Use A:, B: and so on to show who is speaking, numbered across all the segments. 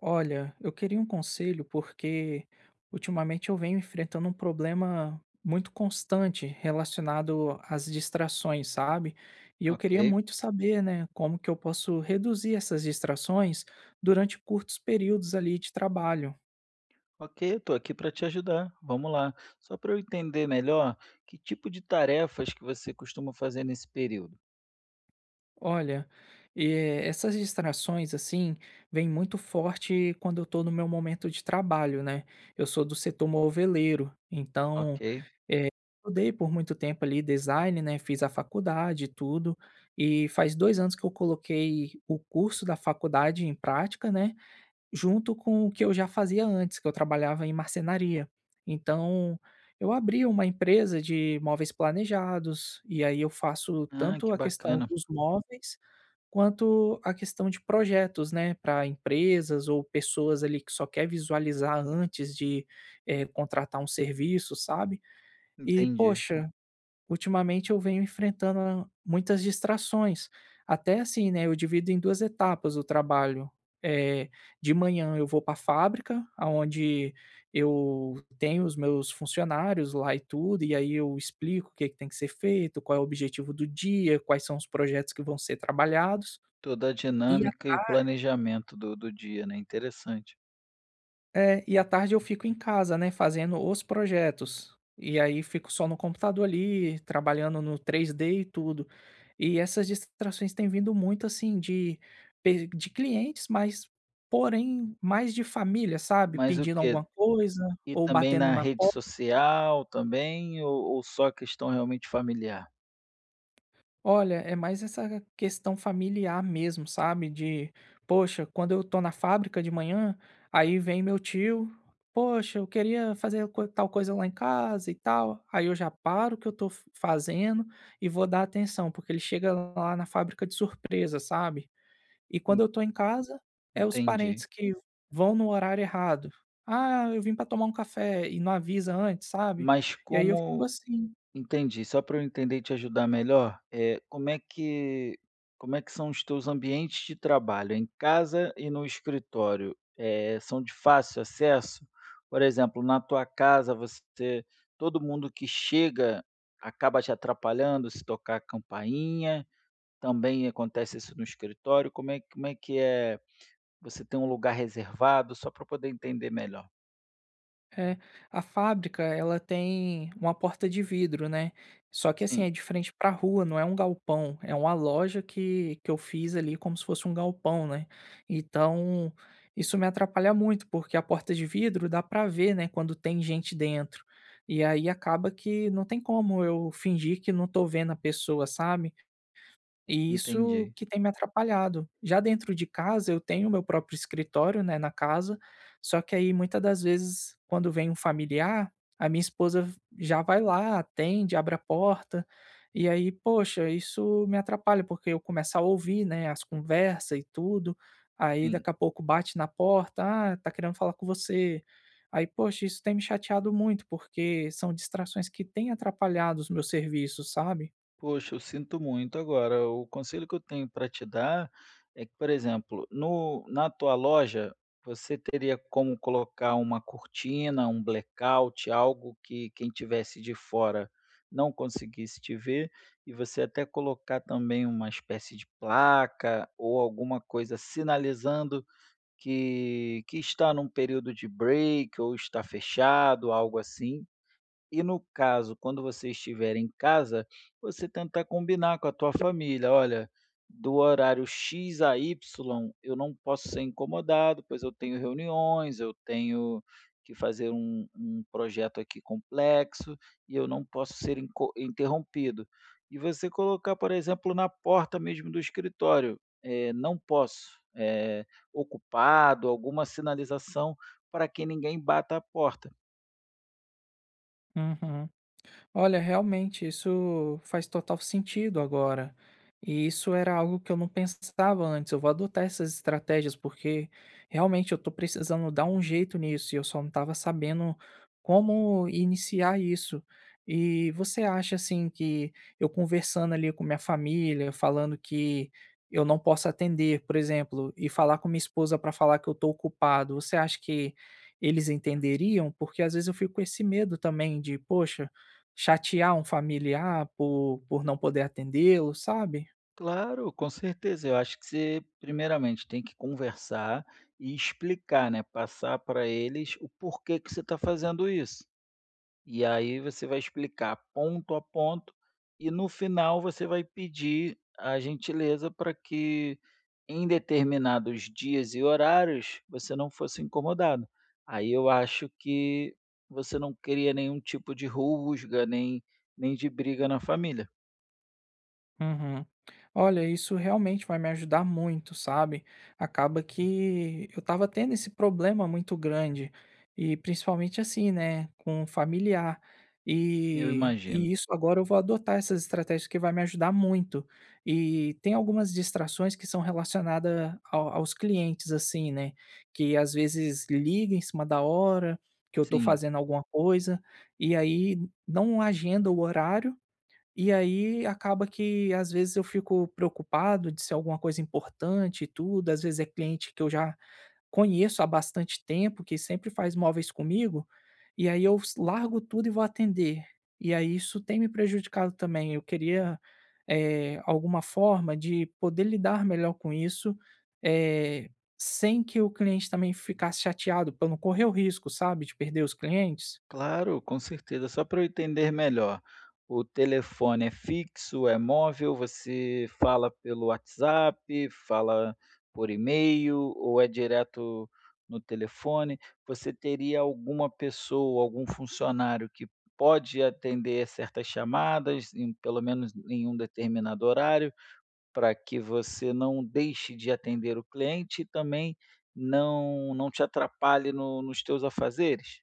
A: Olha, eu queria um conselho porque ultimamente eu venho enfrentando um problema muito constante relacionado às distrações, sabe? E eu
B: Ok,
A: queria muito saber, né, como que eu posso reduzir essas distrações durante curtos períodos ali de trabalho.
B: ok, eu estou aqui para te ajudar. Vamos lá. Só para eu entender melhor, que tipo de tarefas que você costuma fazer nesse período?
A: Olha, essas distrações, assim, vêm muito forte quando eu tô no meu momento de trabalho, né? Eu sou do setor moveleiro, então
B: Ok.
A: estudei por muito tempo ali design, né, fiz a faculdade e tudo, e faz 2 anos que eu coloquei o curso da faculdade em prática, né, junto com o que eu já fazia antes, que eu trabalhava em marcenaria. Então, eu abri uma empresa de móveis planejados, e aí eu faço
B: Ah,
A: tanto
B: que
A: a questão
B: bacana.
A: dos móveis, quanto a questão de projetos, né, para empresas ou pessoas ali que só quer visualizar antes de, contratar um serviço, sabe. E,
B: Entendi.
A: poxa, ultimamente eu venho enfrentando muitas distrações. Até assim, né, eu divido em 2 etapas o trabalho. Eh, de manhã eu vou para a fábrica, aonde eu tenho os meus funcionários lá e tudo, e aí eu explico o que que tem que ser feito, qual é o objetivo do dia, quais são os projetos que vão ser trabalhados.
B: Toda a
A: E
B: dinâmica e o planejamento do dia, né? Interessante.
A: e à tarde eu fico em casa, né, fazendo os projetos. E aí fico só no computador ali, trabalhando no 3D e tudo. E essas distrações têm vindo muito assim de clientes, porém mais de família, sabe?
B: Mas o
A: Pedindo
B: quê?
A: alguma coisa
B: E
A: ou
B: também
A: batendo
B: na
A: na.
B: rede social também, ou só questão realmente familiar?
A: Olha, é mais essa questão familiar mesmo, sabe? De, poxa, quando eu tô na fábrica de manhã, aí vem meu tio, poxa, eu queria tal coisa lá em casa e tal. Aí eu já paro o que eu fazendo e vou dar atenção, porque ele chega lá na fábrica de surpresa, sabe? E quando
B: En-
A: eu tô em casa, é os
B: Entendi.
A: parentes que vão no horário errado. Ah, eu vim pra tomar um café e não avisa antes, sabe?
B: Mas
A: E aí eu fico
B: como.
A: assim.
B: Entendi. Só para eu entender e te ajudar melhor, como é que são os teus ambientes de trabalho, em casa e no escritório? São de fácil acesso? Por exemplo, na tua casa você, todo mundo que chega acaba te atrapalhando se tocar a campainha? Também acontece isso no escritório? Como é, como é que é? Você tem um lugar reservado? Só para eu poder entender melhor.
A: É, a fábrica ela tem uma porta de vidro, né, só que assim,
B: Sim,
A: é de frente pra rua, não é um galpão, é uma loja que eu fiz ali como se fosse um galpão, né. Então, isso me atrapalha muito, porque a porta de vidro dá pra ver, né, quando tem gente dentro, e aí acaba que não tem como eu fingir que não tô vendo a pessoa, sabe. E isso
B: entendi.
A: que tem me atrapalhado. Já dentro de casa, eu tenho meu próprio escritório, né, na casa, só que aí muitas das vezes quando vem um familiar, a minha esposa já vai lá, atende, abre a porta, e aí, poxa, isso me atrapalha, porque eu começo a ouvir, né, as conversas e tudo, aí
B: Sim.
A: daqui a pouco bate na porta, ah, tá querendo falar com você. Aí, poxa, isso tem me chateado muito, porque são distrações que têm atrapalhado os meus serviços, sabe?
B: Poxa, eu sinto muito. Agora, o conselho que eu tenho para te dar é que, por exemplo, no na tua loja, você teria como colocar uma cortina, um blackout, algo que quem tivesse de fora não conseguisse te ver, e você até colocar também uma espécie de placa ou alguma coisa sinalizando que está num período de break ou está fechado, algo assim. E no caso, quando você estiver em casa, você tentar combinar com a tua família: "Olha, do horário X a Y, eu não posso ser incomodado, pois eu tenho reuniões, eu tenho que fazer um projeto aqui complexo e eu não posso ser inco interrompido". E você colocar, por exemplo, na porta mesmo do escritório, "não posso", ocupado, alguma sinalização para que ninguém bata a porta.
A: Uhum. Olha, realmente, isso faz total sentido agora. E isso era algo que eu não pensava antes. Eu vou adotar essas estratégias, porque realmente eu tô precisando dar um jeito nisso e eu só não estava sabendo como iniciar isso. E você acha, assim, que eu conversando ali com minha família, falando que eu não posso atender, por exemplo, e falar com minha esposa para falar que eu tô ocupado, você acha que eles entenderiam? Porque às vezes eu fico com esse medo também de, poxa, chatear um familiar por não poder atendê-lo, sabe?
B: Claro, com certeza. Eu acho que você, primeiramente, tem que conversar e explicar, né? Passar para eles o porquê que você está fazendo isso. E aí você vai explicar ponto a ponto e no final você vai pedir a gentileza para que em determinados dias e horários você não fosse incomodado. Aí eu acho que você não cria nenhum tipo de rusga, nem de briga na família,
A: Uhum. Olha, isso realmente vai me ajudar muito, sabe? Acaba que eu tava tendo esse problema muito grande, e principalmente assim, né, com o familiar.
B: eu
A: E,
B: imagino.
A: e isso agora eu vou adotar essas estratégias que vai me ajudar muito. E tem algumas distrações que são aos clientes, assim, né? Que às vezes liga em cima da hora que eu tô
B: Sim.
A: fazendo alguma coisa, e aí não agenda o horário e aí acaba que às vezes eu fico preocupado de ser alguma coisa importante e tudo, às vezes é cliente que eu já conheço há bastante tempo, que sempre faz móveis comigo, e aí largo tudo e vou atender. E aí isso tem me prejudicado também. Eu queria alguma forma de poder lidar melhor com isso, eh, sem que o cliente também ficasse chateado, para não correr o risco, sabe, de perder os clientes.
B: Claro, com certeza. Só para eu entender melhor, o telefone é fixo, é móvel? Você fala pelo WhatsApp, fala por e-mail ou é direto no telefone? Você teria alguma pessoa, algum funcionário que pode atender certas chamadas, pelo menos em um determinado horário, para que você não deixe de atender o cliente e também não te atrapalhe nos teus afazeres?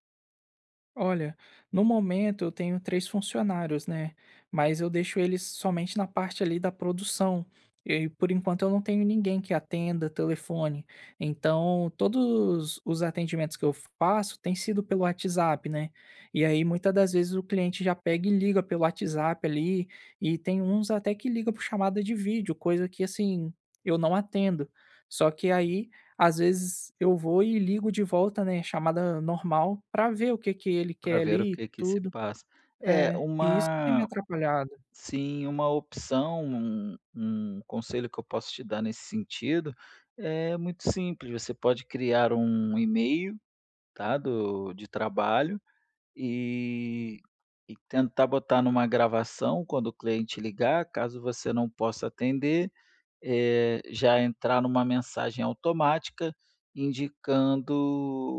A: Olha, no momento eu tenho 3 funcionários, né, mas eu deixo eles somente na parte ali da produção, e por enquanto eu não tenho ninguém que atenda telefone, então todos os atendimentos que eu faço têm sido pelo WhatsApp, né, e aí muitas das vezes o cliente já pega e liga pelo WhatsApp ali, e tem uns até que liga por chamada de vídeo, coisa que assim, eu não atendo. Só que aí às vezes eu vou e ligo de volta, né, chamada normal, pra ver o que que ele
B: Para
A: quer
B: ver o
A: ali e
B: que que se
A: tudo.
B: passa. É,
A: É, e isso tem me
B: uma
A: atrapalhado.
B: sim, uma opção, um conselho que eu posso te dar nesse sentido, é muito simples. Você pode criar um e-mail, tá, do de trabalho, e tentar botar numa gravação. Quando o cliente ligar, caso você não possa atender, já entrar numa mensagem automática indicando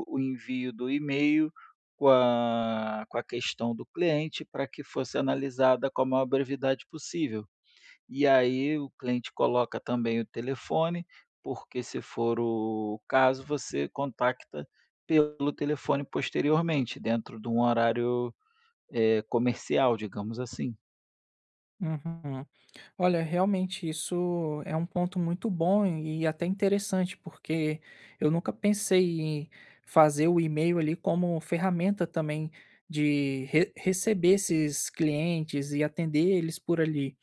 B: o envio do e-mail com a questão do cliente para que fosse analisada com a maior brevidade possível. E aí o cliente coloca também o telefone, porque se for o caso, você contacta pelo telefone posteriormente, dentro de um horário, comercial, digamos assim,
A: Uhum. Olha, realmente isso é um ponto muito bom e até interessante, porque eu nunca pensei em fazer o e-mail ali como ferramenta também receber esses clientes e atender eles por ali.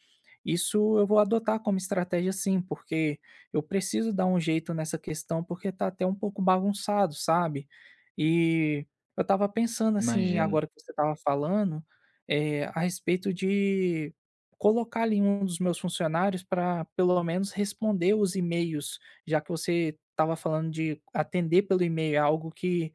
A: Isso eu vou adotar como estratégia sim, porque eu preciso dar um jeito nessa questão, porque tá até um pouco bagunçado, sabe? E eu tava pensando assim,
B: imagino.
A: agora que você tava falando, a respeito de colocar ali um dos meus funcionários para pelo menos responder os e-mails, já que você estava falando de atender pelo e-mail, é algo que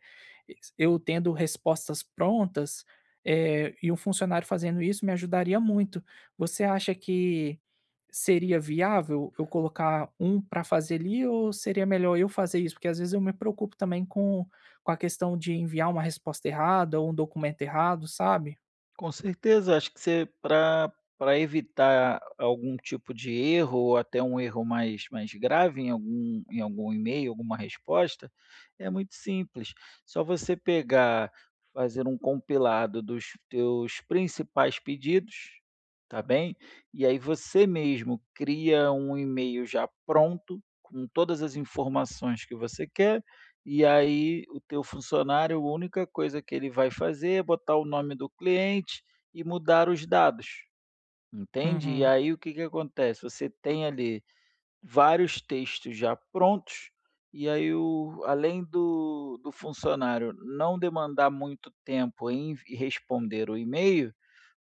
A: eu tendo respostas prontas, e um funcionário fazendo isso me ajudaria muito. Você acha que seria viável eu colocar um para fazer ali ou seria melhor eu fazer isso? Porque às vezes eu me preocupo também com a questão de enviar uma resposta errada ou um documento errado, sabe?
B: Com certeza, acho que você para pra evitar algum tipo de erro ou até um erro mais grave em algum e-mail, alguma resposta, é muito simples. Só você pegar, fazer um compilado dos teus principais pedidos, tá bem? E aí você mesmo cria um e-mail já pronto, com todas as informações que você quer. E aí o teu funcionário, a única coisa que ele vai fazer é botar o nome do cliente e mudar os dados, entende? E
A: Uhum,
B: aí o que que acontece? Você tem ali vários textos já prontos, e aí o além do funcionário não demandar muito tempo em env responder o e-mail,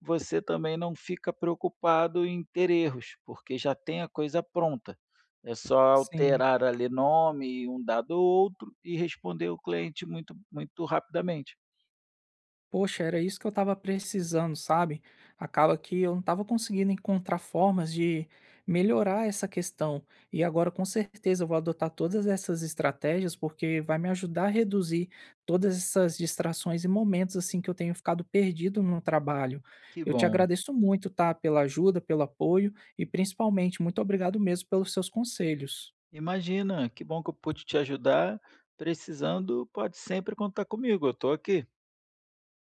B: você também não fica preocupado em ter erros, porque já tem a coisa pronta. É só
A: sim.
B: alterar ali nome, um dado ou outro, e responder o cliente muito rapidamente.
A: Poxa, era isso que eu estava precisando, sabe? Acaba que eu não estava conseguindo encontrar formas de melhorar essa questão. E agora, com certeza, eu vou adotar todas essas estratégias, porque vai me ajudar a reduzir todas essas distrações e momentos assim que eu tenho ficado perdido no trabalho.
B: Que
A: Eu te
B: bom.
A: agradeço muito, tá? Pela ajuda, pelo apoio e principalmente muito obrigado mesmo pelos seus conselhos.
B: Imagina, que bom que eu pude te ajudar. Precisando, pode sempre contar comigo, eu estou aqui.